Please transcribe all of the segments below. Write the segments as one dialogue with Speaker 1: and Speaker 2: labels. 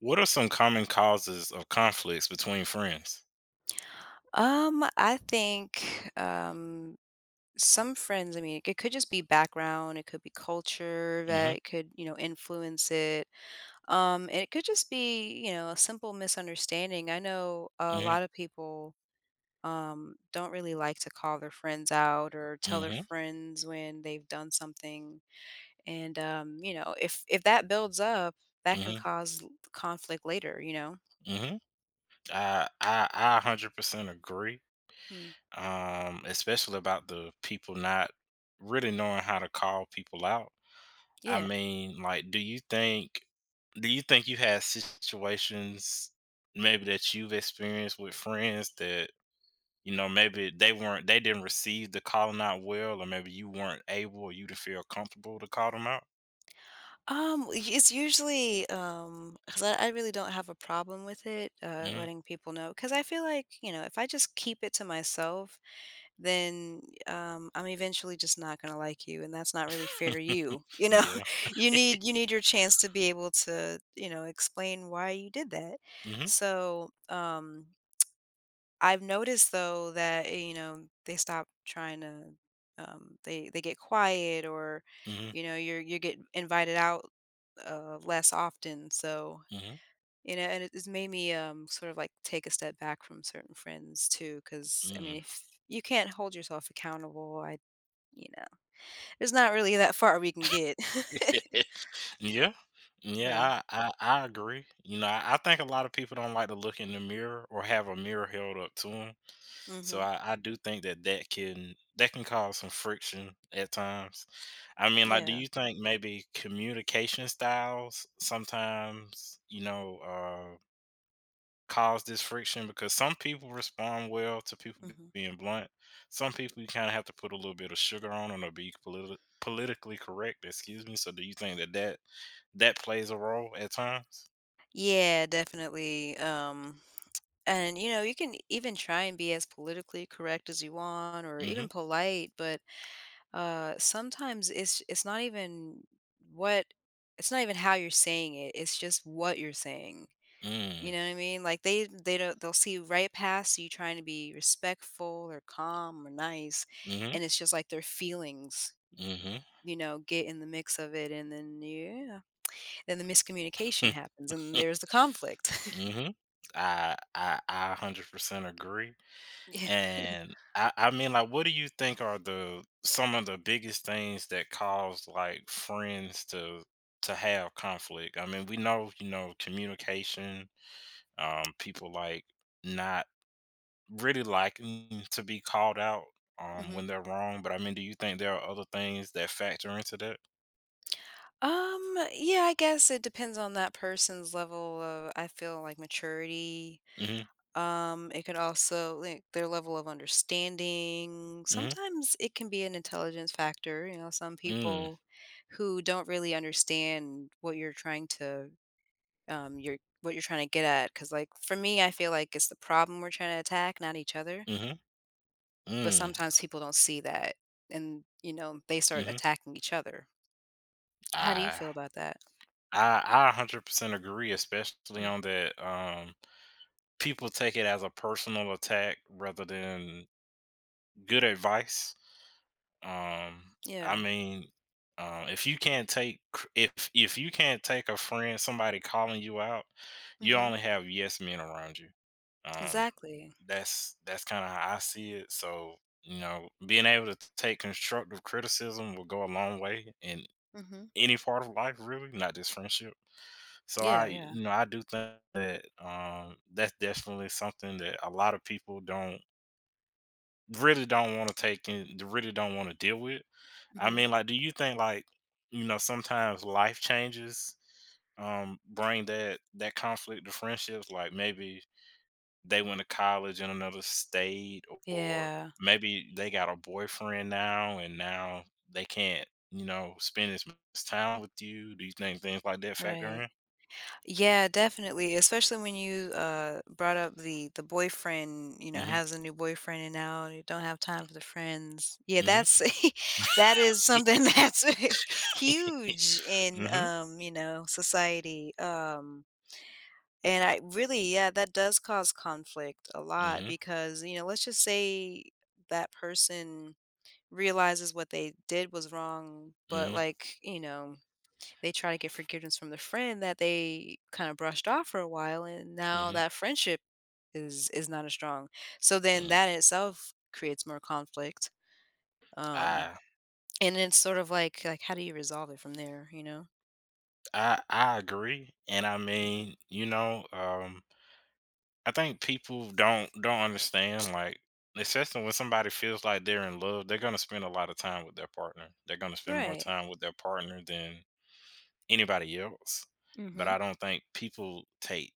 Speaker 1: What are some common causes of conflicts between friends?
Speaker 2: Um, I think, um, some friends, I mean, it could just be background, it could be culture
Speaker 1: Mm.
Speaker 2: that could, you know, influence it. And it could just be, you know, a simple misunderstanding. I know a
Speaker 1: Mhm.
Speaker 2: lot of people don't really like to call their friends out or
Speaker 1: Mm
Speaker 2: tell their
Speaker 1: mhm.
Speaker 2: friends when they've done something. And you know, if that builds up, that
Speaker 1: Mm
Speaker 2: can
Speaker 1: mhm.
Speaker 2: cause conflict later, you know.
Speaker 1: Mhm, mhm. I 100% agree,
Speaker 2: Hmm.
Speaker 1: especially about the people not really knowing how to call people out. I
Speaker 2: Yeah.
Speaker 1: mean, like, do you think do you think you had situations maybe that you've experienced with friends that, you know, maybe they didn't receive the calling out well, or maybe you weren't able or you didn't feel comfortable to call them out?
Speaker 2: It's usually 'cause I really don't have a problem with it,
Speaker 1: Mhm.
Speaker 2: letting people know. Because I feel like you know, if I just keep it to myself, then I'm eventually just not gonna like you, and that's not really fair to you. You know,
Speaker 1: Yeah.
Speaker 2: you need your chance to be able to you know explain why you did that.
Speaker 1: Mhm,
Speaker 2: So I've noticed though that, you know, they stop trying to they get quiet or
Speaker 1: mhm,
Speaker 2: you know, you get invited out less often. So,
Speaker 1: mhm,
Speaker 2: you know, and it's made me sort of like take a step back from certain friends too cuz I mean,
Speaker 1: mm.
Speaker 2: if you can't hold yourself accountable, I you know, there's not really that far we can get.
Speaker 1: Yeah,
Speaker 2: Yeah.
Speaker 1: yeah, I agree. You know, I think a lot of people don't like to look in the mirror or have a mirror held up to them. So
Speaker 2: Mhm.
Speaker 1: I do think that that can cause some friction at times. Do
Speaker 2: Yeah.
Speaker 1: you think maybe communication styles sometimes, cause this friction because some people respond well to people
Speaker 2: Mhm.
Speaker 1: being blunt. Some people you kind of have to put a little bit of sugar on them or be politically correct. Excuse me. So do you think that that plays a role at times?
Speaker 2: Yeah, definitely. And you know, you can even try and be as politically correct as you want or even
Speaker 1: Mm-hmm.
Speaker 2: polite, but sometimes it's not even what it's not even how you're saying it. It's just what you're saying. You
Speaker 1: Mm.
Speaker 2: know what I mean? Like they don't they'll see right past you trying to be respectful or calm or nice
Speaker 1: Mm-hmm.
Speaker 2: and it's just like their feelings
Speaker 1: Mm-hmm.
Speaker 2: you know get in the mix of it and then yeah then the miscommunication happens and there's the conflict
Speaker 1: mm-hmm. I 100% agree.
Speaker 2: yeah.
Speaker 1: And what do you think are the some of the biggest things that cause like friends to have conflict? I mean, we know, you know, communication, people like not really liking to be called out
Speaker 2: Hmm.
Speaker 1: when they're wrong. But I mean, do you think there are other things that factor into that?
Speaker 2: Yeah, I guess it depends on that person's level of, I feel like maturity.
Speaker 1: Mm-hmm.
Speaker 2: It could also like their level of understanding.
Speaker 1: Mm-hmm.
Speaker 2: Sometimes it can be an intelligence factor, you know, some
Speaker 1: Mm.
Speaker 2: people who don't really understand what you're trying to your what you're trying to get at cuz like for me I feel like it's the problem we're trying to attack, not each other.
Speaker 1: Mm-hmm.
Speaker 2: But
Speaker 1: Mm.
Speaker 2: sometimes people don't see that and you know, they start
Speaker 1: Mm-hmm.
Speaker 2: attacking each other. How do you
Speaker 1: I
Speaker 2: feel about that?
Speaker 1: I 100% agree, especially
Speaker 2: Mm,
Speaker 1: on that. People take it as a personal attack rather than good advice. Um, I
Speaker 2: yeah.
Speaker 1: mean, if you can't take if you can't take a friend, somebody calling you out, you
Speaker 2: Mhm.
Speaker 1: only have yes men around you. Um,
Speaker 2: Exactly.
Speaker 1: that's kind of how I see it. So you know, being able to take constructive criticism will go a long way in
Speaker 2: Mhm.
Speaker 1: any part of life, really, not just friendship. So
Speaker 2: Yeah,
Speaker 1: I,
Speaker 2: yeah.
Speaker 1: you know, I do think that that's definitely something that a lot of people don't want to take in, really don't want to deal with.
Speaker 2: Mhm.
Speaker 1: Do you think sometimes life changes bring that conflict to friendships? Like maybe they went to college in another state, or
Speaker 2: Yeah,
Speaker 1: maybe they got a boyfriend now, and now they can't, you know, spend as much time with you. Do you think things like that factor
Speaker 2: right.
Speaker 1: in?
Speaker 2: Yeah, definitely, especially when you, brought up the boyfriend, you know,
Speaker 1: Hmm.
Speaker 2: has a new boyfriend and now you don't have time for the friends. Yeah,
Speaker 1: Hmm.
Speaker 2: that's that is something that's huge in,
Speaker 1: Mhm.
Speaker 2: you know, society, and I really yeah, that does cause conflict a lot
Speaker 1: Mhm.
Speaker 2: because, you know, let's just say that person realizes what they did was wrong, but
Speaker 1: Mhm.
Speaker 2: like, you know, they try to get forgiveness from the friend that they kind of brushed off for a while and now
Speaker 1: Mhm.
Speaker 2: that friendship is not as strong. So then
Speaker 1: Mm.
Speaker 2: that in itself creates more conflict. Um
Speaker 1: I
Speaker 2: and it's sort of like how do you resolve it from there, you know?
Speaker 1: I agree, and I mean, you know, I think people don't understand like especially when somebody feels like they're in love, they're gonna spend a lot of time with their partner. They're gonna spend more
Speaker 2: Right.
Speaker 1: time with their partner than anybody else. But
Speaker 2: Mhm.
Speaker 1: I don't think people take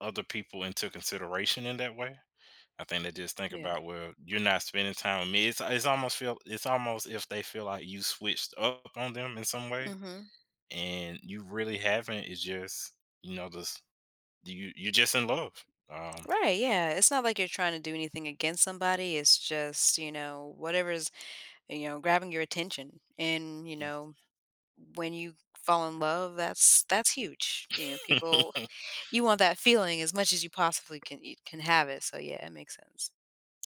Speaker 1: other people into consideration in that way. I think they just think
Speaker 2: Yeah.
Speaker 1: about well, you're not spending time with me. It's almost if they feel like you switched up on them in some way
Speaker 2: Mhm.
Speaker 1: and you really haven't. It's just you know this you're just in love. Um,
Speaker 2: Right, yeah. It's not like you're trying to do anything against somebody. It's just, you know, whatever's, you know, grabbing your attention and, you know, when you fall in love, that's huge. You know, people you want that feeling as much as you possibly can you can have it. So yeah, it makes sense.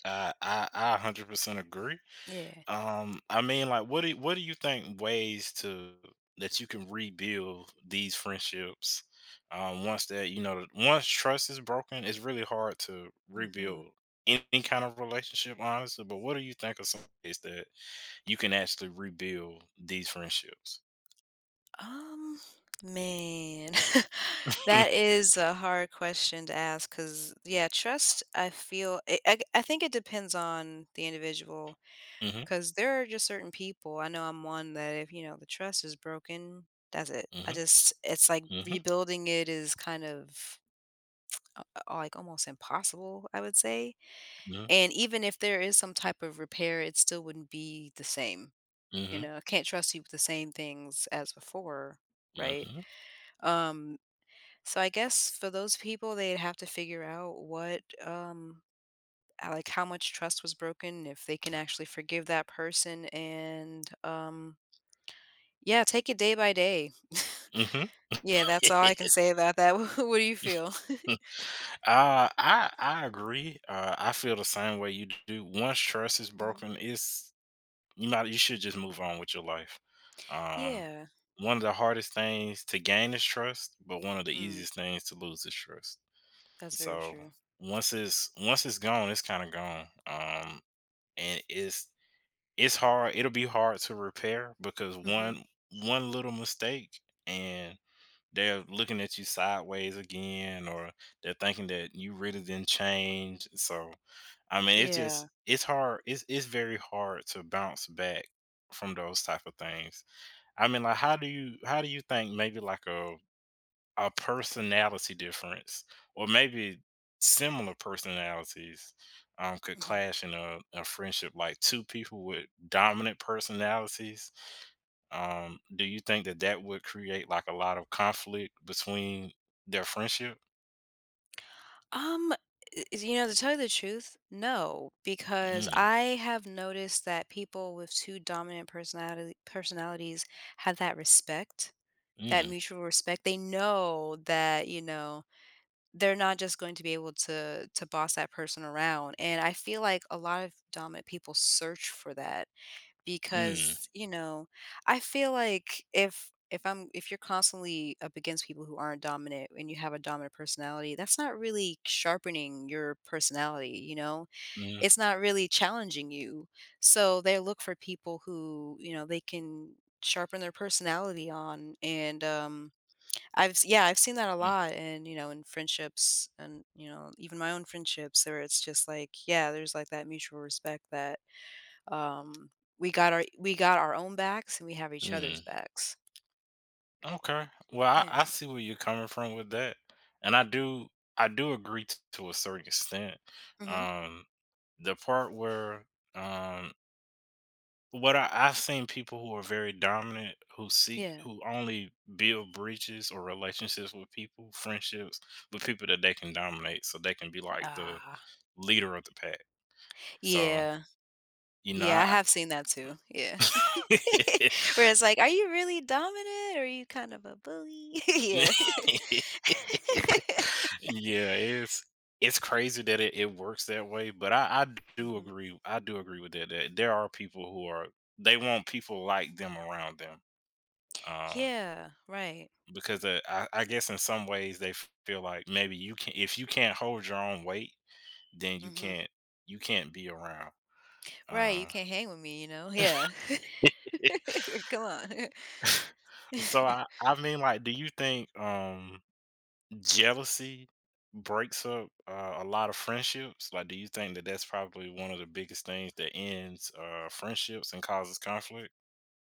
Speaker 1: I 100% agree.
Speaker 2: Yeah.
Speaker 1: What do you think ways to that you can rebuild these friendships? Once that you know, once trust is broken, it's really hard to
Speaker 2: Mhm.
Speaker 1: rebuild any kind of relationship, honestly. But what do you think of some ways that you can actually rebuild these friendships?
Speaker 2: Um, Man, that is a hard question to ask because, yeah, trust, I feel, I think it depends on the individual
Speaker 1: Mm-hmm,
Speaker 2: because there are just certain people. I know I'm one that if, you know, the trust is broken, that's it. I
Speaker 1: mm-hmm,
Speaker 2: just, it's like
Speaker 1: mm-hmm,
Speaker 2: rebuilding it is kind of uh, like almost impossible, I would say. And even if there is some type of repair, it still wouldn't be the same. You
Speaker 1: mm-hmm,
Speaker 2: know, I can't trust you with the same things as before,
Speaker 1: hmm,
Speaker 2: right?
Speaker 1: hmm.
Speaker 2: Um, so I guess for those people, they'd have to figure out what, like how much trust was broken, if they can actually forgive that person, and yeah, take it day by day. Yeah, that's all I can say about that. What do you feel?
Speaker 1: uh, I agree. I feel the same way you do. Once trust is
Speaker 2: Mhm.
Speaker 1: broken, it's you might you should just move on with your life. Um,
Speaker 2: Yeah,
Speaker 1: one of the hardest things to gain is trust, but one of the
Speaker 2: mm,
Speaker 1: easiest things to lose is trust.
Speaker 2: that's very
Speaker 1: So
Speaker 2: true.
Speaker 1: once it's gone, it's kind of gone. And It's hard. It'll be hard to repair because
Speaker 2: Mhm.
Speaker 1: one little mistake and they're looking at you sideways again or they're thinking that you really didn't change. So
Speaker 2: Yeah.
Speaker 1: it's hard. It's very hard to bounce back from those type of things. How do you think maybe a personality difference or maybe similar personalities could
Speaker 2: Hmm.
Speaker 1: clash in a friendship, like two people with dominant personalities. Do you think that that would create like a lot of conflict between their friendship?
Speaker 2: You know, to tell you the truth, no, because
Speaker 1: Mm,
Speaker 2: I have noticed that people with two dominant personality personalities have that respect, that
Speaker 1: mm,
Speaker 2: mutual respect. They know that, you know, they're not just going to be able to boss that person around. And I feel like a lot of dominant people search for that.
Speaker 1: mm,
Speaker 2: Because, you know, I feel like if you're constantly up against people who aren't dominant and you have a dominant personality, that's not really sharpening your personality, you know?
Speaker 1: mm,
Speaker 2: It's not really challenging you. So they look for people who, you know, they can sharpen their personality on and yeah, I've seen that a
Speaker 1: mm,
Speaker 2: lot and you know in friendships and you know even my own friendships where it's just like yeah, there's like that mutual respect that um, we got our own backs and we have each other's
Speaker 1: mm.
Speaker 2: backs.
Speaker 1: Okay. Well,
Speaker 2: Yeah.
Speaker 1: I see where you're coming from with that, and I do agree to a certain extent.
Speaker 2: Mhm.
Speaker 1: Um, the part where um, what I've seen people who are very dominant
Speaker 2: Yeah.
Speaker 1: who only build bridges or relationships with people, friendships with people that they can dominate, so they can be like the
Speaker 2: Ah.
Speaker 1: leader of the pack. So,
Speaker 2: Yeah.
Speaker 1: you know,
Speaker 2: Yeah, I
Speaker 1: I—
Speaker 2: have seen that too. Yeah. Where it's like, are you really dominant or are you kind of a bully? Yeah.
Speaker 1: yeah, it's crazy that it works that way, but I do
Speaker 2: Mhm.
Speaker 1: agree. I do agree with that, that there are people who are they want people like them around them. Um,
Speaker 2: Yeah, right.
Speaker 1: because I guess in some ways they feel like maybe you can if you can't hold your own weight, then
Speaker 2: Mhm.
Speaker 1: you can't be around.
Speaker 2: Right, you
Speaker 1: Um,
Speaker 2: can't hang with me, you know? Yeah. Come on.
Speaker 1: so do you think jealousy breaks up a lot of friendships? Like, do you think that that's probably one of the biggest things that ends friendships and causes conflict?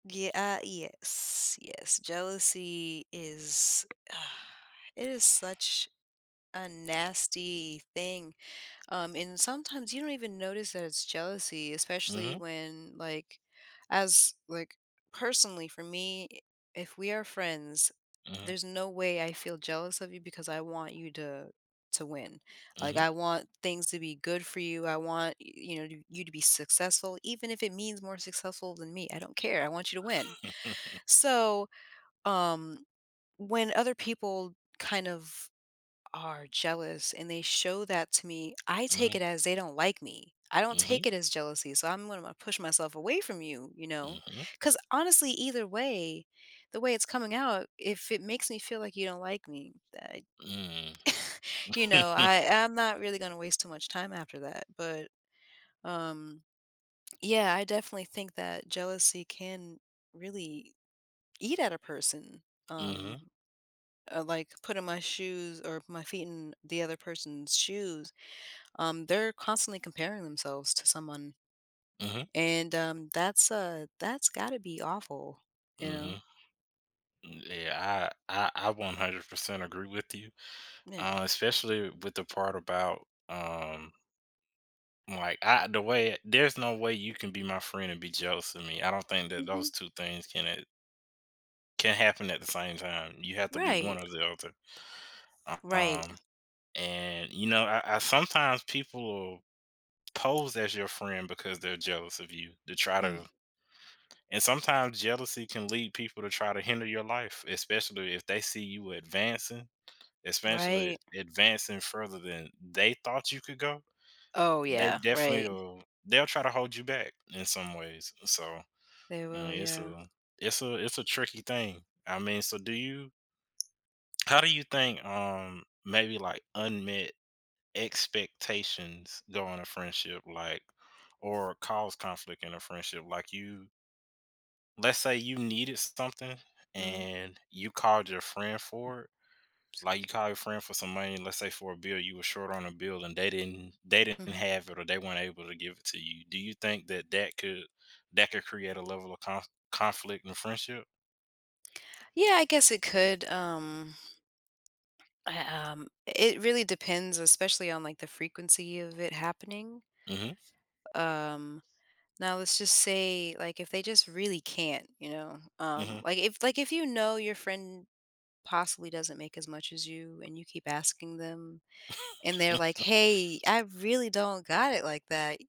Speaker 2: Yeah, yes. Yes, jealousy is it is such a nasty thing. And sometimes you don't even notice that it's jealousy, especially
Speaker 1: Mm-hmm.
Speaker 2: when like as like personally for me, if we are friends,
Speaker 1: Mm-hmm.
Speaker 2: there's no way I feel jealous of you because I want you to win. Like
Speaker 1: Mm-hmm.
Speaker 2: I want things to be good for you. I want you know you to be successful even if it means more successful than me. I don't care. I want you to win. So, um when other people kind of are jealous and they show that to me, I take
Speaker 1: Mm-hmm.
Speaker 2: it as they don't like me. I don't take
Speaker 1: Mm-hmm.
Speaker 2: it as jealousy. So I'm going to push myself away from you, you know?
Speaker 1: Mm-hmm.
Speaker 2: Because honestly, either way, the way it's coming out, if it makes me feel like you don't like me,
Speaker 1: Mm-hmm.
Speaker 2: you know, I'm not really going to waste too much time after that. But um, yeah, I definitely think that jealousy can really eat at a person.
Speaker 1: Mm-hmm.
Speaker 2: Um, like putting my shoes or my feet in the other person's shoes they're constantly comparing themselves to someone, and that's got to be awful, you know?
Speaker 1: Mm-hmm. Yeah, I 100% agree with you.
Speaker 2: Yeah.
Speaker 1: Especially with the part about, the way there's no way you can be my friend and be jealous of me. I don't think that
Speaker 2: Hmm.
Speaker 1: those two things can happen at the same time. You have to be
Speaker 2: Right.
Speaker 1: one or the other.
Speaker 2: Right.
Speaker 1: Um, and you know, I sometimes people will pose as your friend because they're jealous of you to try
Speaker 2: Mm,
Speaker 1: to— and sometimes jealousy can lead people to try to hinder your life, especially if they see you advancing,
Speaker 2: right.
Speaker 1: especially advancing further than they thought you could go.
Speaker 2: Oh
Speaker 1: They
Speaker 2: yeah.
Speaker 1: definitely
Speaker 2: Right.
Speaker 1: will they'll try to hold you back in some ways. So
Speaker 2: They will.
Speaker 1: mm, it's
Speaker 2: Yeah.
Speaker 1: a it's a tricky thing. I mean, so do you How do you think maybe like unmet expectations go in a friendship, like or cause conflict in a friendship? Like you— let's say you needed something
Speaker 2: Hmm.
Speaker 1: and you called your friend for it. Like you call your friend for some money, let's say for a bill, you were short on a bill and they didn't
Speaker 2: Hmm.
Speaker 1: have it or they weren't able to give it to you. Do you think that that could create a level of conflict in friendship?
Speaker 2: Yeah. I guess it could. It really depends, especially on like the frequency of it happening.
Speaker 1: Mhm.
Speaker 2: Um. Now let's just say, like, if they just really can't, you know,
Speaker 1: Mhm.
Speaker 2: like if you know your friend possibly doesn't make as much as you and you keep asking them and they're like, "Hey, I really don't got it like that."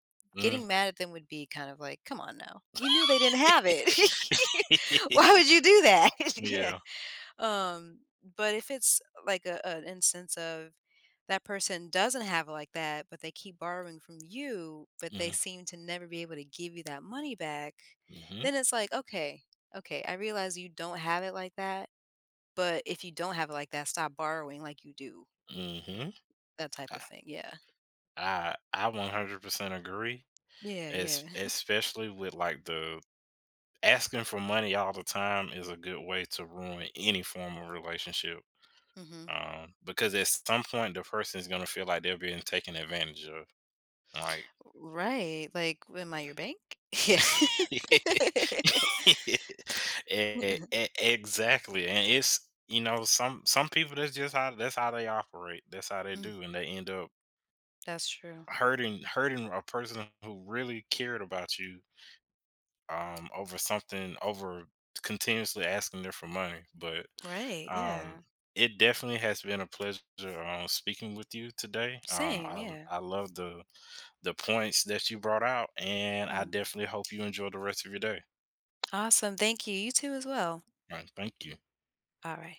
Speaker 2: Getting
Speaker 1: Mhm.
Speaker 2: mad at them would be kind of like, "Come on now. You knew they didn't have it. Why would you do that?" Yeah.
Speaker 1: yeah.
Speaker 2: Um, but if it's like a an instance of that person doesn't have it like that, but they keep borrowing from you, but they
Speaker 1: Mhm.
Speaker 2: seem to never be able to give you that money back,
Speaker 1: Mhm.
Speaker 2: then it's like, "Okay, okay, I realize you don't have it like that, but if you don't have it like that, stop borrowing like you do,
Speaker 1: Mm-hmm.
Speaker 2: that type
Speaker 1: I
Speaker 2: of thing. Yeah.
Speaker 1: I 100% agree.
Speaker 2: Yeah,
Speaker 1: Es
Speaker 2: yeah.
Speaker 1: Especially with like the asking for money all the time is a good way to ruin any form of relationship.
Speaker 2: Mhm.
Speaker 1: Because at some point the person is gonna feel like they're being taken advantage of. Like—
Speaker 2: Right, like, "Am I your bank?" Yeah.
Speaker 1: E- e- exactly. And it's you know, some people that's just how that's how they operate. That's how they
Speaker 2: Mm,
Speaker 1: do, and they end up
Speaker 2: that's true.
Speaker 1: hurting a person who really cared about you over something over continuously asking them for money. But
Speaker 2: Right, yeah.
Speaker 1: um, it definitely has been a pleasure speaking with you today.
Speaker 2: Same, yeah.
Speaker 1: I love the points that you brought out, and I
Speaker 2: Mm.
Speaker 1: definitely hope you enjoy the rest of your day.
Speaker 2: Awesome, thank you. You too as well.
Speaker 1: All right, thank you.
Speaker 2: Alright.